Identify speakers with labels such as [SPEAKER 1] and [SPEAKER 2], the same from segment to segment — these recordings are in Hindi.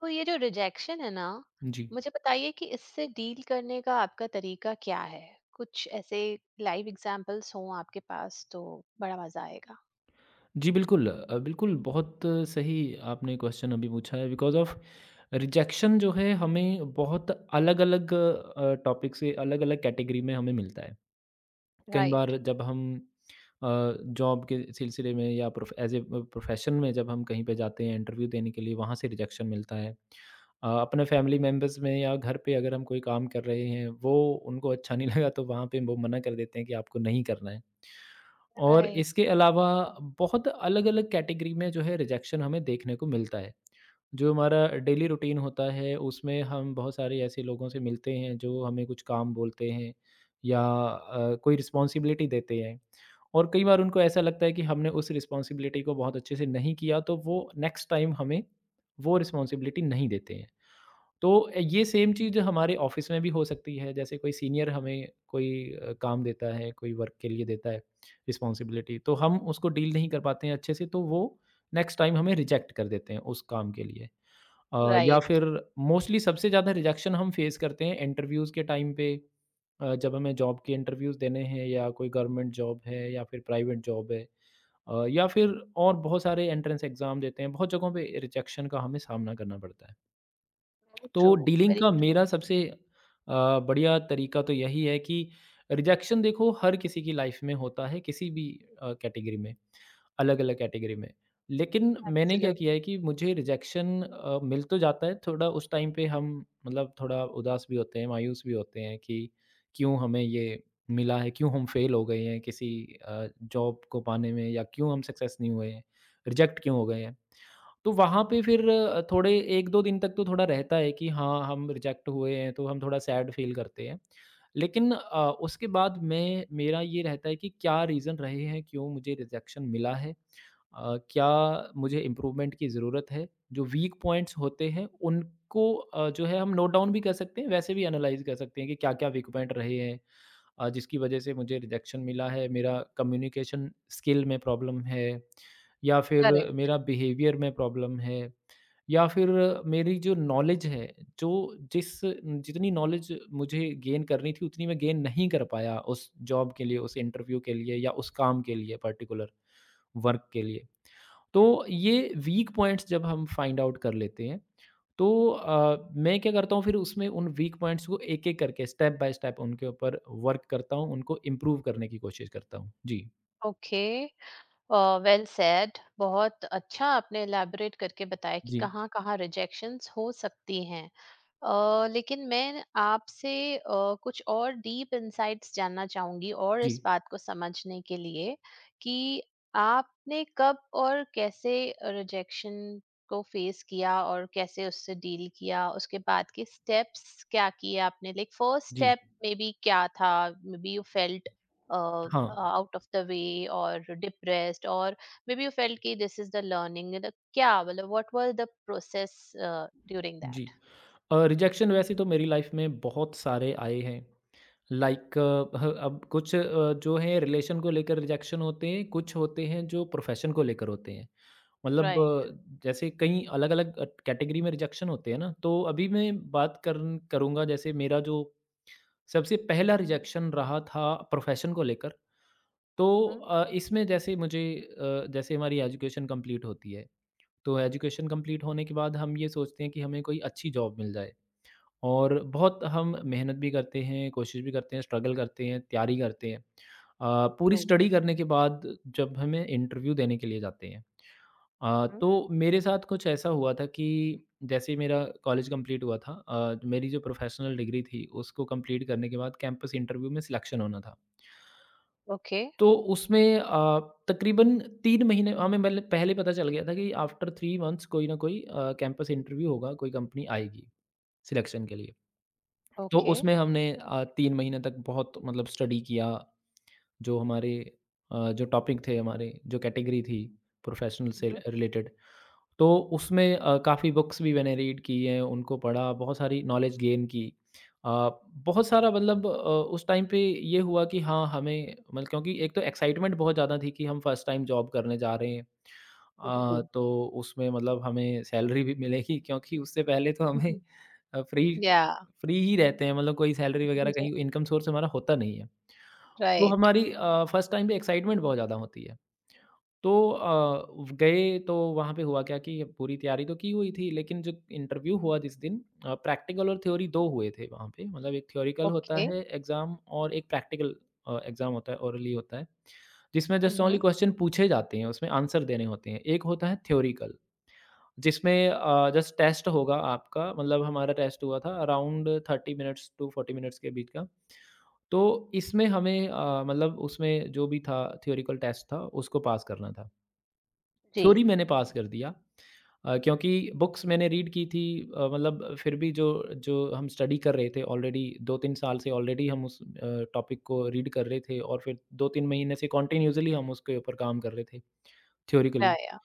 [SPEAKER 1] तो ये जो रिजेक्शन है ना,
[SPEAKER 2] जी।
[SPEAKER 1] मुझे बताइए कि इससे डील करने का आपका तरीका क्या है। कुछ ऐसे लाइव एग्जांपल्स हों आपके पास तो बड़ा मजा आएगा।
[SPEAKER 2] जी, बिल्कुल बहुत सही आपने क्वेश्चन अभी पूछा है बिकॉज़ ऑफ़ रिजेक्शन जो है हमें बहुत अलग-अलग टॉपिक से अलग-अलग कैटेगरी में हमें मिलता है। कई
[SPEAKER 1] राइट।
[SPEAKER 2] बार जब हम अ, जॉब के सिलसिले में या प्रोफ एज़ ए प्रोफ़ेशन में जब हम कहीं पे जाते हैं इंटरव्यू देने के लिए वहाँ से रिजेक्शन मिलता है। अपने फैमिली मेंबर्स में या घर पे अगर हम कोई काम कर रहे हैं वो उनको अच्छा नहीं लगा तो वहाँ पे वो मना कर देते हैं कि आपको नहीं करना है। और
[SPEAKER 1] राइट।
[SPEAKER 2] इसके अलावा बहुत अलग-अलग कैटेगरी में जो है रिजेक्शन हमें देखने को मिलता है। जो हमारा डेली रूटीन होता है उसमें हम बहुत सारे ऐसे लोगों से मिलते हैं जो हमें कुछ काम बोलते हैं या कोई रिस्पॉन्सिबिलिटी देते हैं और कई बार उनको ऐसा लगता है कि हमने उस रिस्पॉन्सिबिलिटी को बहुत अच्छे से नहीं किया तो वो नेक्स्ट टाइम हमें वो रिस्पॉन्सिबिलिटी नहीं देते हैं। तो ये सेम चीज़ हमारे ऑफिस में भी हो सकती है, जैसे कोई सीनियर हमें कोई काम देता है, कोई वर्क के लिए देता है रिस्पॉन्सिबिलिटी, तो हम उसको डील नहीं कर पाते हैं अच्छे से, तो वो नेक्स्ट टाइम हमें रिजेक्ट कर देते हैं उस काम के लिए। या
[SPEAKER 1] राइट।
[SPEAKER 2] फिर मोस्टली सबसे ज़्यादा रिजेक्शन हम फेस करते हैं इंटरव्यूज़ के टाइम पे जब हमें जॉब के इंटरव्यूज़ देने हैं या कोई गवर्नमेंट जॉब है या फिर प्राइवेट जॉब है या फिर और बहुत सारे एंट्रेंस एग्ज़ाम देते हैं, बहुत जगहों पे रिजेक्शन का हमें सामना करना पड़ता है।
[SPEAKER 1] Very true.
[SPEAKER 2] तो डीलिंग
[SPEAKER 1] वेरी
[SPEAKER 2] का
[SPEAKER 1] ट्रू।
[SPEAKER 2] मेरा सबसे अ, बढ़िया तरीका तो यही है कि रिजेक्शन देखो हर किसी की लाइफ में होता है किसी भी कैटेगरी में अलग अलग कैटेगरी में। लेकिन मैंने क्या किया है
[SPEAKER 1] एब्सोल्युटली।
[SPEAKER 2] कि मुझे रिजेक्शन मिल तो जाता है, थोड़ा उस टाइम पे हम मतलब थोड़ा उदास भी होते हैं मायूस भी होते हैं कि क्यों हमें ये मिला है, क्यों हम फेल हो गए हैं किसी जॉब को पाने में, या क्यों हम सक्सेस नहीं हुए हैं, रिजेक्ट क्यों हो गए हैं। तो वहाँ पे फिर थोड़े 1-2 दिन तक तो थोड़ा रहता है कि हाँ, हम रिजेक्ट हुए हैं, तो हम थोड़ा सैड फ़ील करते हैं। लेकिन उसके बाद मैं मेरा ये रहता है कि क्या रीज़न रहे हैं, क्यों मुझे रिजेक्शन मिला है? क्या मुझे इम्प्रूवमेंट की ज़रूरत है? जो वीक पॉइंट्स होते हैं, उनको जो है हम नोट डाउन भी कर सकते हैं, वैसे भी एनालाइज़ कर सकते हैं कि क्या-क्या वीक पॉइंट रहे हैं? जिसकी वजह से मुझे रिजेक्शन मिला है, मेरा कम्युनिकेशन स्किल में प्रॉब्लम है या फिर
[SPEAKER 1] करेक्ट।
[SPEAKER 2] मेरा बिहेवियर में प्रॉब्लम है या फिर मेरी जो नॉलेज है, जो जिस जितनी नॉलेज मुझे गेन करनी थी उतनी मैं गेन नहीं कर पाया उस जॉब के लिए, उस इंटरव्यू के लिए या उस काम के लिए पर्टिकुलर वर्क के लिए। तो ये वीक पॉइंट्स जब हम फाइंड आउट कर लेते हैं तो मैं क्या करता हूँ फिर उसमें उन वीक पॉइंट्स को एक एक करके स्टेप बाय स्टेप उनके ऊपर वर्क करता हूँ, उनको इम्प्रूव करने की कोशिश करता हूँ जी।
[SPEAKER 1] ओके। Well said. बहुत अच्छा आपने एलैबोरेट करके बताया कि
[SPEAKER 2] जी।
[SPEAKER 1] कहाँ कहाँ रिजेक्शंस हो सकती हैं। लेकिन मैं आपसे अ, कुछ और डीप इंसाइट्स जानना चाहूंगी और इस
[SPEAKER 2] जी।
[SPEAKER 1] बात को समझने के लिए कि आपने कब और कैसे रिजेक्शन को फेस किया और कैसे उससे डील किया। उसके बाद के स्टेप्स क्या किए आपने। लाइक फर्स्ट
[SPEAKER 2] जी।
[SPEAKER 1] स्टेप मे बी क्या था। मे बी यू फेल्ट
[SPEAKER 2] हाँ।
[SPEAKER 1] आउट ऑफ द वे और डिप्रेस्ड, और मे बी यू फेल्ट कि दिस इज द लर्निंग। मतलब क्या? मतलब what was the process during
[SPEAKER 2] जी। रिजेक्शन वैसे तो मेरी लाइफ में बहुत सारे आए हैं, लाइक अ, ह अब कुछ अ, जो है रिलेशन को लेकर रिजेक्शन होते हैं, कुछ होते हैं जो प्रोफ़ेशन को लेकर होते हैं। मतलब
[SPEAKER 1] दैट।
[SPEAKER 2] अ, जैसे कई अलग-अलग कैटेगरी में रिजेक्शन होते हैं ना, तो अभी मैं बात करन करूँगा जैसे मेरा जो सबसे पहला रिजेक्शन रहा था प्रोफ़ेशन को लेकर, तो
[SPEAKER 1] Mhm.
[SPEAKER 2] इसमें जैसे मुझे जैसे हमारी एजुकेशन कंप्लीट होती है, तो एजुकेशन कंप्लीट होने के बाद हम ये सोचते हैं कि हमें कोई अच्छी जॉब मिल जाए। और बहुत हम मेहनत भी करते हैं, कोशिश भी करते हैं, स्ट्रगल करते हैं, तैयारी करते हैं। पूरी
[SPEAKER 1] True.
[SPEAKER 2] स्टडी करने के बाद जब हमें इंटरव्यू देने के लिए जाते हैं
[SPEAKER 1] Mhm.
[SPEAKER 2] तो मेरे साथ कुछ ऐसा हुआ था कि जैसे ही मेरा कॉलेज कंप्लीट हुआ था, मेरी जो प्रोफेशनल डिग्री थी उसको कंप्लीट करने के बाद कैंपस इंटरव्यू में सिलेक्शन होना था।
[SPEAKER 1] Okay.
[SPEAKER 2] तो उसमें तकरीबन 3 महीने हमें पहले पहले पता चल गया था कि आफ्टर 3 मंथ्स कोई ना कोई कैंपस इंटरव्यू होगा, कोई कंपनी आएगी सिलेक्शन के लिए। तो
[SPEAKER 1] Okay.
[SPEAKER 2] उसमें हमने 3 महीने तक बहुत मतलब स्टडी किया। जो हमारे जो टॉपिक थे हमारे, जो कैटेगरी थी प्रोफ़ेशनल से
[SPEAKER 1] Mhm.
[SPEAKER 2] रिलेटेड, तो उसमें काफ़ी बुक्स भी मैंने रीड की हैं, उनको पढ़ा, बहुत सारी नॉलेज गेन की। अ, बहुत सारा मतलब अ, उस टाइम पे ये हुआ कि हाँ, हमें मतलब क्योंकि एक तो एक्साइटमेंट बहुत ज़्यादा थी कि हम फर्स्ट टाइम जॉब करने जा रहे हैं।
[SPEAKER 1] जी।
[SPEAKER 2] तो उसमें मतलब हमें सैलरी भी मिलेगी क्योंकि उससे पहले तो हमें
[SPEAKER 1] Mhm.
[SPEAKER 2] अ, फ्री
[SPEAKER 1] Yeah.
[SPEAKER 2] फ्री ही रहते हैं मतलब कोई सैलरी वगैरह
[SPEAKER 1] जी। So,
[SPEAKER 2] कहीं इनकम सोर्स हमारा होता नहीं है। तो
[SPEAKER 1] right.
[SPEAKER 2] हमारी फर्स्ट टाइम पे एक्साइटमेंट बहुत ज़्यादा होती है। तो गए तो वहाँ पे हुआ क्या कि पूरी तैयारी तो की हुई थी, लेकिन जो इंटरव्यू हुआ जिस दिन प्रैक्टिकल और थ्योरी 2 हुए थे वहाँ पे, मतलब एक थ्योरिकल होता
[SPEAKER 1] Okay.
[SPEAKER 2] है एग्ज़ाम और एक प्रैक्टिकल एग्ज़ाम होता है ओरली होता है। जिसमें जस्ट ओनली
[SPEAKER 1] Mm-hmm.
[SPEAKER 2] क्वेश्चन पूछे जाते हैं उसमें आंसर देने होते हैं। एक होता है थ्योरिकल जिसमें जस्ट टेस्ट होगा आपका, मतलब हमारा टेस्ट हुआ था अराउंड 30 मिनट्स टू 40 मिनट्स के बीच का। तो इसमें हमें मतलब उसमें जो भी था थ्योरिटिकल टेस्ट था उसको पास करना था।
[SPEAKER 1] जी।
[SPEAKER 2] थ्योरी मैंने पास कर दिया क्योंकि बुक्स मैंने रीड की थी। मतलब फिर भी जो जो हम स्टडी कर रहे थे ऑलरेडी 2-3 साल से, ऑलरेडी हम उस टॉपिक को रीड कर रहे थे और फिर 2-3 महीने से कंटिन्यूअसली हम उसके ऊपर काम कर रहे थे थ्योरिटिकली।
[SPEAKER 1] Yeah. Yeah.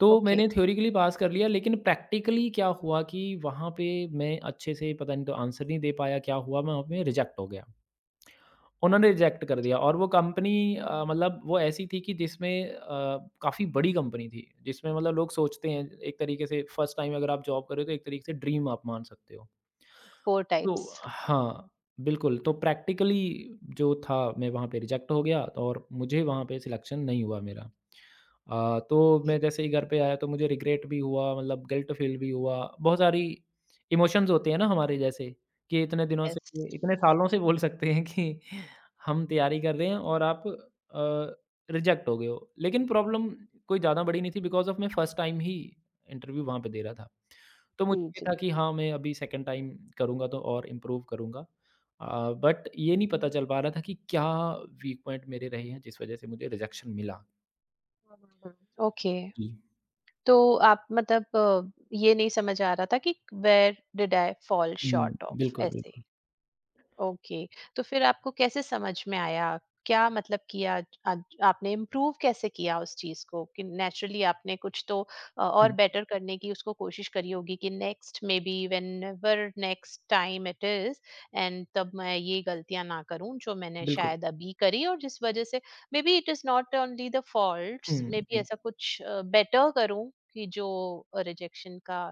[SPEAKER 2] तो
[SPEAKER 1] Okay.
[SPEAKER 2] मैंने थ्योरेटिकली पास कर लिया लेकिन प्रैक्टिकली क्या हुआ कि वहाँ पे मैं अच्छे से पता नहीं तो आंसर नहीं दे पाया, क्या हुआ मैं वहाँ पे रिजेक्ट हो गया। उन्होंने रिजेक्ट कर दिया और वो कंपनी मतलब वो ऐसी थी कि जिसमें काफ़ी बड़ी कंपनी थी। जिसमें मतलब लोग सोचते हैं एक तरीके से फर्स्ट टाइम अगर आप जॉब कर रहे हो तो एक तरीके से ड्रीम आप मान सकते हो।
[SPEAKER 1] Four
[SPEAKER 2] तो
[SPEAKER 1] types.
[SPEAKER 2] हाँ, बिल्कुल, तो प्रैक्टिकली जो था मैं वहाँ पे रिजेक्ट हो गया, तो और मुझे वहाँ पे सिलेक्शन नहीं हुआ मेरा। तो
[SPEAKER 1] जी।
[SPEAKER 2] मैं जैसे ही घर पे आया तो मुझे रिग्रेट भी हुआ, मतलब गिल्ट फील भी हुआ। बहुत सारी इमोशंस होते हैं ना हमारे, जैसे कि इतने दिनों
[SPEAKER 1] Yes.
[SPEAKER 2] से इतने सालों से बोल सकते हैं कि हम तैयारी कर रहे हैं और आप रिजेक्ट हो गए हो। लेकिन प्रॉब्लम कोई ज़्यादा बड़ी नहीं थी बिकॉज़ ऑफ मैं फर्स्ट टाइम ही इंटरव्यू वहाँ पे दे रहा था। तो मुझे
[SPEAKER 1] जी,
[SPEAKER 2] ये
[SPEAKER 1] जी।
[SPEAKER 2] था कि हाँ, मैं अभी सेकंड टाइम करूँगा तो और इम्प्रूव करूँगा। बट ये नहीं पता चल पा रहा था कि क्या वीक पॉइंट मेरे रहे हैं जिस वज़ह से मुझे रिजेक्शन मिला।
[SPEAKER 1] हुँ, हुँ, हुँ। ओके।
[SPEAKER 2] जी।
[SPEAKER 1] तो आप मतलब, ये नहीं समझ आ रहा था कि वेयर डिड आई फॉल
[SPEAKER 2] हुँ,
[SPEAKER 1] शॉर्ट ऑफ
[SPEAKER 2] बिल्कुल,
[SPEAKER 1] ऐसे?
[SPEAKER 2] बिल्कुल।
[SPEAKER 1] ओके। तो फिर आपको कैसे समझ में आया? क्या मतलब किया? आपने इम्प्रूव कैसे किया उस चीज को? कि नेचुरली आपने कुछ तो और
[SPEAKER 2] हुँ,
[SPEAKER 1] बेटर करने की उसको कोशिश करी होगी कि next maybe whenever next time it is and, तब मैं ये गलतियां ना करूं जो मैंने
[SPEAKER 2] बिल्कुल।
[SPEAKER 1] शायद अभी करी, और जिस वजह से maybe it is not only the faults,
[SPEAKER 2] हुँ,
[SPEAKER 1] मे बी
[SPEAKER 2] जी।
[SPEAKER 1] ऐसा कुछ बेटर करूं कि जो रिजेक्शन का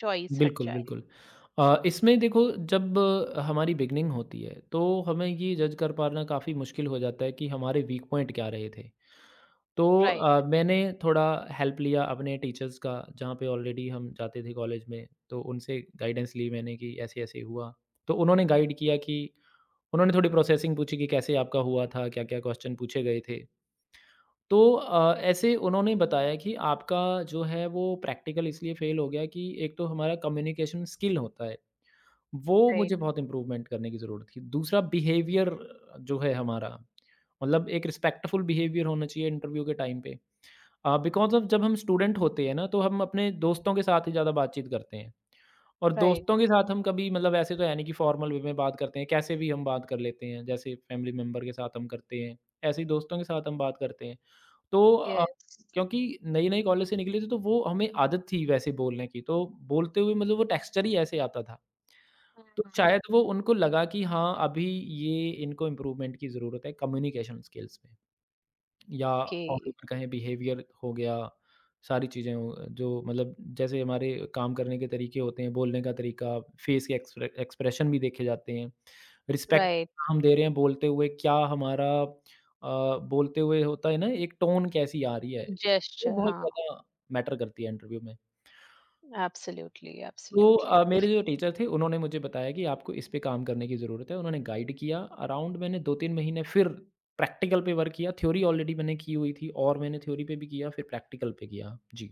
[SPEAKER 1] चॉइस हट
[SPEAKER 2] बिल्कुल,
[SPEAKER 1] जाए।
[SPEAKER 2] बिल्कुल। इसमें देखो जब हमारी बिगिनिंग होती है, तो हमें ये जज कर पाना काफ़ी मुश्किल हो जाता है कि हमारे वीक पॉइंट क्या रहे थे। तो
[SPEAKER 1] राइट।
[SPEAKER 2] मैंने थोड़ा हेल्प लिया अपने टीचर्स का, जहाँ पे ऑलरेडी हम जाते थे कॉलेज में, तो उनसे गाइडेंस ली मैंने कि ऐसे-ऐसे हुआ। तो उन्होंने गाइड किया कि उन्होंने थोड़ी प्रोसेसिंग पूछी कि कैसे आपका हुआ था, क्या-क्या क्वेश्चन पूछे गए थे। तो ऐसे उन्होंने बताया कि आपका जो है वो प्रैक्टिकल इसलिए फेल हो गया कि एक तो हमारा कम्युनिकेशन स्किल होता है, वो
[SPEAKER 1] राइट।
[SPEAKER 2] मुझे बहुत इम्प्रूवमेंट करने की ज़रूरत थी। दूसरा बिहेवियर जो है हमारा, मतलब एक रिस्पेक्टफुल बिहेवियर होना चाहिए इंटरव्यू के टाइम पे। बिकॉज़ ऑफ़ जब हम स्टूडेंट होते हैं ना, तो हम अपने दोस्तों के साथ ही ज़्यादा बातचीत करते हैं और
[SPEAKER 1] राइट।
[SPEAKER 2] दोस्तों के साथ हम कभी मतलब ऐसे तो है नहीं कि फ़ॉर्मल वे में बात करते हैं, कैसे भी हम बात कर लेते हैं, जैसे फ़ैमिली मेंबर के साथ हम करते हैं, ऐसे ही दोस्तों के साथ हम बात करते हैं। तो
[SPEAKER 1] यस।
[SPEAKER 2] क्योंकि नई-नई कॉलेज से निकले थे, तो वो हमें आदत थी वैसे बोलने की, तो बोलते हुए मतलब वो टेक्सचर ही ऐसे आता था। तो शायद वो उनको लगा कि हाँ, अभी ये इनको इम्प्रूवमेंट की ज़रूरत है कम्युनिकेशन स्किल्स में। या ऑल
[SPEAKER 1] Okay,
[SPEAKER 2] ओवर कहें बिहेवियर हो गया, सारी चीज़ें हो, जो मतलब जैसे हमारे काम करने के तरीके होते हैं, बोलने का तरीका, फेस के एक्सप्रेशन भी देखे जाते हैं। Respect
[SPEAKER 1] right.
[SPEAKER 2] हम दे रहे हैं बोलते हुए, क्या हमारा बोलते हुए होता है ना एक टोन कैसी आ रही है, वो
[SPEAKER 1] Gesture,
[SPEAKER 2] बहुत
[SPEAKER 1] हाँ।
[SPEAKER 2] ज़्यादा मैटर करती है इंटरव्यू में।
[SPEAKER 1] एब्सोल्युटली,
[SPEAKER 2] तो
[SPEAKER 1] एब्सोल्युटली।
[SPEAKER 2] मेरे जो टीचर थे उन्होंने मुझे बताया कि आपको इस पे काम करने की ज़रूरत है, उन्होंने गाइड किया। अराउंड मैंने 2-3 महीने फिर प्रैक्टिकल पे वर्क किया, थ्योरी ऑलरेडी मैंने की हुई थी और मैंने थ्योरी पे भी किया फिर प्रैक्टिकल पे किया। जी,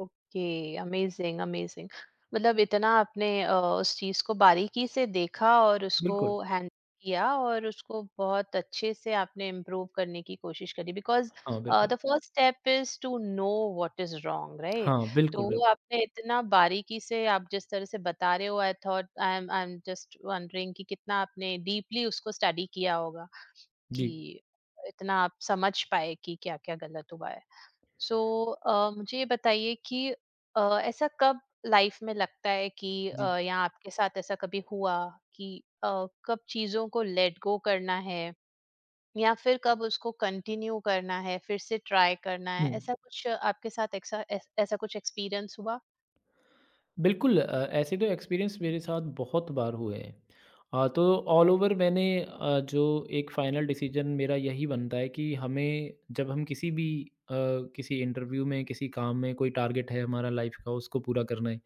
[SPEAKER 1] ओके, अमेजिंग, अमेजिंग। मतलब इतना आपने उस चीज़ को बारीकी से देखा और उसको
[SPEAKER 2] बिल्कुल।
[SPEAKER 1] हैंडल किया, और उसको बहुत अच्छे से आपने इम्प्रूव करने की कोशिश करी। बिकॉज़
[SPEAKER 2] हाँ, बिल्कुल।
[SPEAKER 1] The first step is to know what is wrong, right?
[SPEAKER 2] हाँ,
[SPEAKER 1] तो
[SPEAKER 2] बिल्कुल, बिल्कुल।
[SPEAKER 1] वो आपने इतना बारीकी से, आप जिस तरह से बता रहे हो, I thought I am just wondering कि कितना आपने डीपली उसको स्टडी किया होगा।
[SPEAKER 2] जी,
[SPEAKER 1] कि इतना आप समझ पाए कि क्या-क्या गलत हुआ है। सो मुझे ये बताइए कि ऐसा कब लाइफ में लगता है कि
[SPEAKER 2] जी।
[SPEAKER 1] या आपके साथ ऐसा कभी हुआ कि अ, कब चीज़ों को लेट गो करना है या फिर कब उसको कंटिन्यू करना है, फिर से ट्राई करना है?
[SPEAKER 2] हुँ।
[SPEAKER 1] ऐसा कुछ आपके साथ, ऐसा ऐसा कुछ एक्सपीरियंस हुआ?
[SPEAKER 2] बिल्कुल ऐसे तो एक्सपीरियंस मेरे साथ बहुत बार हुए हैं। तो
[SPEAKER 1] ओके।
[SPEAKER 2] ऑल ओवर मैंने जो एक फाइनल डिसीजन मेरा यही बनता है कि हमें जब हम किसी भी अ, किसी इंटरव्यू में किसी काम में कोई टारगेट है हमारा लाइफ का, उसको पूरा करना है।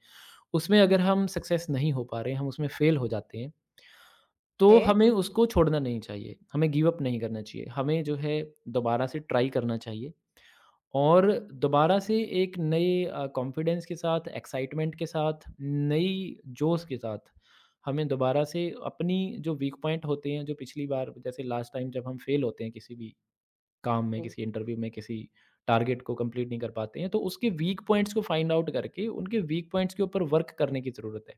[SPEAKER 2] उसमें अगर हम सक्सेस नहीं हो पा रहे हैं, हम उसमें फेल हो जाते हैं, तो
[SPEAKER 1] ओके।
[SPEAKER 2] हमें उसको छोड़ना नहीं चाहिए, हमें गिव अप नहीं करना चाहिए, हमें जो है दोबारा से ट्राई करना चाहिए। और दोबारा से एक नए कॉन्फिडेंस के साथ, एक्साइटमेंट के साथ, नई जोश के साथ हमें दोबारा से अपनी जो वीक पॉइंट होते हैं, जो पिछली बार जैसे लास्ट टाइम जब हम फेल होते हैं किसी भी काम में,
[SPEAKER 1] हुँ।
[SPEAKER 2] किसी इंटरव्यू में, किसी टारगेट को कंप्लीट नहीं कर पाते हैं, तो उसके वीक पॉइंट्स को फाइंड आउट करके उनके वीक पॉइंट्स के ऊपर वर्क करने की ज़रूरत है।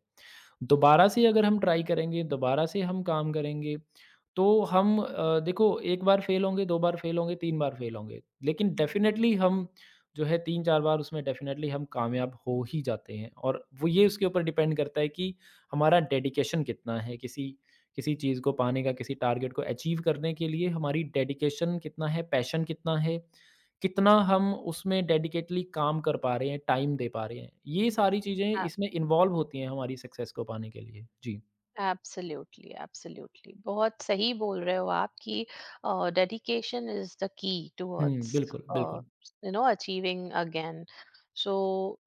[SPEAKER 2] दोबारा से अगर हम ट्राई करेंगे, दोबारा से हम काम करेंगे, तो हम देखो 1 बार फेल होंगे, 2 बार फेल होंगे, 3 बार फेल होंगे, लेकिन डेफ़िनेटली हम जो है 3-4 बार उसमें डेफ़िनेटली हम कामयाब हो ही जाते हैं। और वो ये उसके ऊपर डिपेंड करता है कि हमारा डेडिकेशन कितना है, किसी किसी चीज़ को पाने का, किसी टारगेट को अचीव करने के लिए हमारी डेडिकेशन कितना है, पैशन कितना है, कितना हम उसमें डेडिकेटली काम कर पा रहे हैं, टाइम दे पा रहे हैं। ये सारी चीज़ें इसमें इन्वॉल्व होती हैं हमारी सक्सेस को पाने के लिए। जी।
[SPEAKER 1] Absolutely, absolutely. बहुत सही बोल रहे हो आप कि dedication is the key
[SPEAKER 2] hmm,
[SPEAKER 1] towards,
[SPEAKER 2] बिल्कुल, बिल्कुल।
[SPEAKER 1] You know, achieving again. So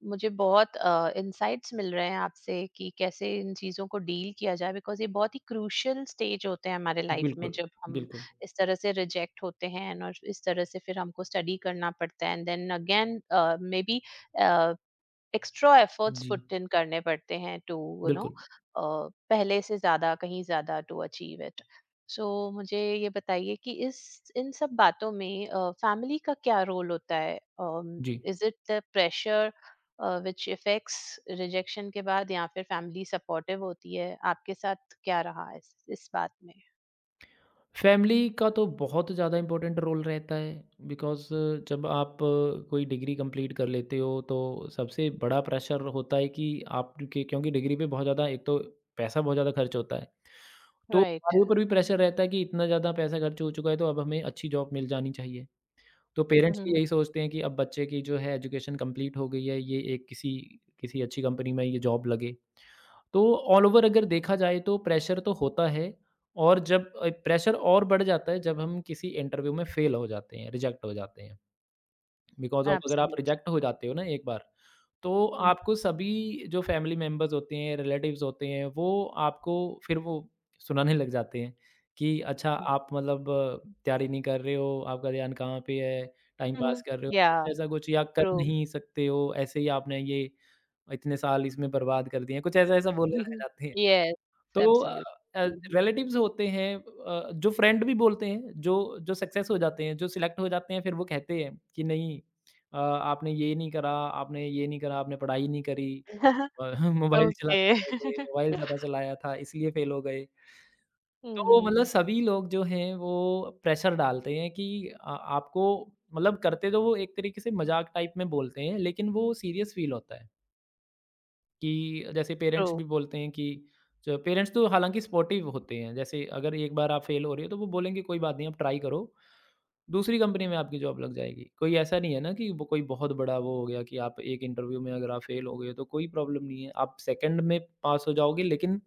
[SPEAKER 1] मुझे बहुत इंसाइट्स मिल रहे हैं आपसे कि कैसे इन चीज़ों को डील किया जाए। बिकॉज ये बहुत ही क्रूशल स्टेज होते हैं हमारे लाइफ में
[SPEAKER 2] बिल्कुल,
[SPEAKER 1] जब हम
[SPEAKER 2] बिल्कुल।
[SPEAKER 1] इस तरह से रिजेक्ट होते हैं, और इस तरह से फिर हमको स्टडी करना पड़ता है and then again maybe extra efforts
[SPEAKER 2] जी,
[SPEAKER 1] पुट इन करने पड़ते हैं टू, यू नो,
[SPEAKER 2] बिल्कुल।
[SPEAKER 1] पहले से ज्यादा, कहीं ज्यादा टू अचीव इट। सो मुझे ये बताइए कि इस इन सब बातों में फैमिली का क्या रोल होता है?
[SPEAKER 2] जी।
[SPEAKER 1] Is it the pressure which affects rejection के बाद, या फिर फैमिली सपोर्टिव होती है आपके साथ? क्या रहा इस बात में?
[SPEAKER 2] फैमिली का तो बहुत ज़्यादा इम्पोर्टेंट रोल रहता है, बिकॉज़ जब आप कोई डिग्री कंप्लीट कर लेते हो तो सबसे बड़ा प्रेशर होता है कि आपके क्योंकि डिग्री पे बहुत ज़्यादा एक तो पैसा बहुत ज़्यादा खर्च होता है, तो
[SPEAKER 1] राइट।
[SPEAKER 2] हमारे ऊपर भी प्रेशर रहता है कि इतना ज़्यादा पैसा खर्च हो चुका है तो अब हमें अच्छी जॉब मिल जानी चाहिए। तो पेरेंट्स भी यही सोचते हैं कि अब बच्चे की जो है एजुकेशन कंप्लीट हो गई है, ये एक किसी किसी अच्छी कंपनी में ये जॉब लगे। तो ऑल ओवर अगर देखा जाए तो प्रेशर तो होता है, और जब प्रेशर और बढ़ जाता है जब हम किसी इंटरव्यू में फेल हो जाते हैं, रिजेक्ट हो जाते हैं। बिकॉज़ ऑफ अगर आप
[SPEAKER 1] एब्सोल्युटली।
[SPEAKER 2] रिजेक्ट हो जाते हो ना एक बार, तो आपको सभी जो फैमिली मेंबर्स होते हैं, रिलेटिव्स होते हैं, वो आपको फिर वो सुनाने लग जाते हैं कि अच्छा आप मतलब तैयारी नहीं कर रहे हो, आपका ध्यान कहाँ पे है, टाइम पास कर रहे
[SPEAKER 1] या
[SPEAKER 2] हो, ऐसा कुछ या कर
[SPEAKER 1] ट्रू।
[SPEAKER 2] नहीं सकते हो, ऐसे ही आपने ये इतने साल इसमें बर्बाद कर दिए हैं, कुछ ऐसा-ऐसा बोलने लग जाते हैं।
[SPEAKER 1] यस।
[SPEAKER 2] तो अ अ,
[SPEAKER 1] एब्सोल्युटली।
[SPEAKER 2] रिलेटिव्स होते हैं, जो फ्रेंड भी बोलते हैं, जो जो सक्सेस हो जाते हैं, जो सिलेक्ट हो जाते हैं, फिर वो कहते हैं कि नहीं आपने ये नहीं करा, आपने ये नहीं करा, आपने पढ़ाई नहीं करी, अ, मोबाइल
[SPEAKER 1] Okay.
[SPEAKER 2] चलाते थे, मोबाइल ज़्यादा चलाया था इसलिए फेल हो गए। तो मतलब
[SPEAKER 1] Mhm.
[SPEAKER 2] सभी लोग जो हैं वो प्रेशर डालते हैं कि आपको मतलब करते तो वो एक तरीके से मज़ाक टाइप में बोलते हैं, लेकिन वो सीरियस फील होता है। कि जैसे पेरेंट्स भी
[SPEAKER 1] True.
[SPEAKER 2] बोलते हैं कि जो पेरेंट्स तो हालाँकि सपोर्टिव होते हैं। जैसे अगर एक बार आप फेल हो रहे हो, तो वो बोलेंगे कोई बात नहीं आप ट्राई करो, दूसरी कंपनी में आपकी जॉब लग जाएगी। कोई ऐसा नहीं है ना कि वो कोई बहुत बड़ा वो हो गया कि आप एक इंटरव्यू में अगर आप फेल हो गए हो, तो कोई प्रॉब्लम नहीं है। आप सेकंड में पास हो जाओगे, लेकिन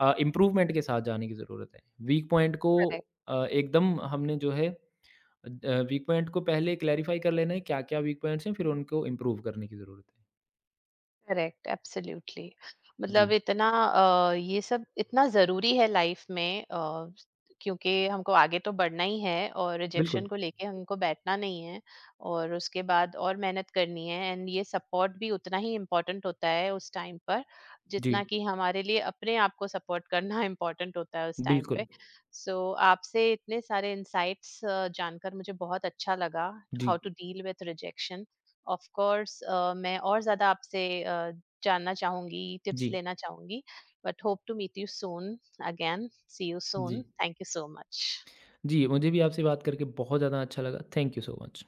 [SPEAKER 2] इम्प्रूवमेंट के साथ जाने की ज़रूरत है। वीक पॉइंट को
[SPEAKER 1] Correct.
[SPEAKER 2] एकदम हमने जो है वीक पॉइंट को पहले क्लैरिफ़ाई कर लेना है क्या-क्या वीक पॉइंट्स हैं, फिर उनको इम्प्रूव करने की ज़रूरत है।
[SPEAKER 1] Correct, absolutely. मतलब
[SPEAKER 2] जी,
[SPEAKER 1] इतना ये सब इतना ज़रूरी है लाइफ में। क्योंकि हमको आगे तो बढ़ना ही है और रिजेक्शन
[SPEAKER 2] बिल्कुल।
[SPEAKER 1] को लेके हमको बैठना नहीं है, और उसके बाद और मेहनत करनी है। एंड ये सपोर्ट भी उतना ही इम्पोर्टेंट होता है उस टाइम पर,
[SPEAKER 2] जी।
[SPEAKER 1] जितना कि हमारे लिए अपने आप को सपोर्ट करना इम्पोर्टेंट होता है उस टाइम
[SPEAKER 2] बिल्कुल।
[SPEAKER 1] पे। सो so, आपसे इतने सारे इंसाइट्स जानकर मुझे बहुत अच्छा लगा, हाउ
[SPEAKER 2] जी,
[SPEAKER 1] to deal with rejection. Of course मैं और ज़्यादा आपसे जानना चाहूँगी, टिप्स
[SPEAKER 2] जी,
[SPEAKER 1] लेना चाहूँगी, but hope to meet you soon again, see you
[SPEAKER 2] जी।
[SPEAKER 1] Soon, thank you so much.
[SPEAKER 2] जी, मुझे भी आपसे बात करके बहुत ज़्यादा अच्छा लगा। Thank you so much.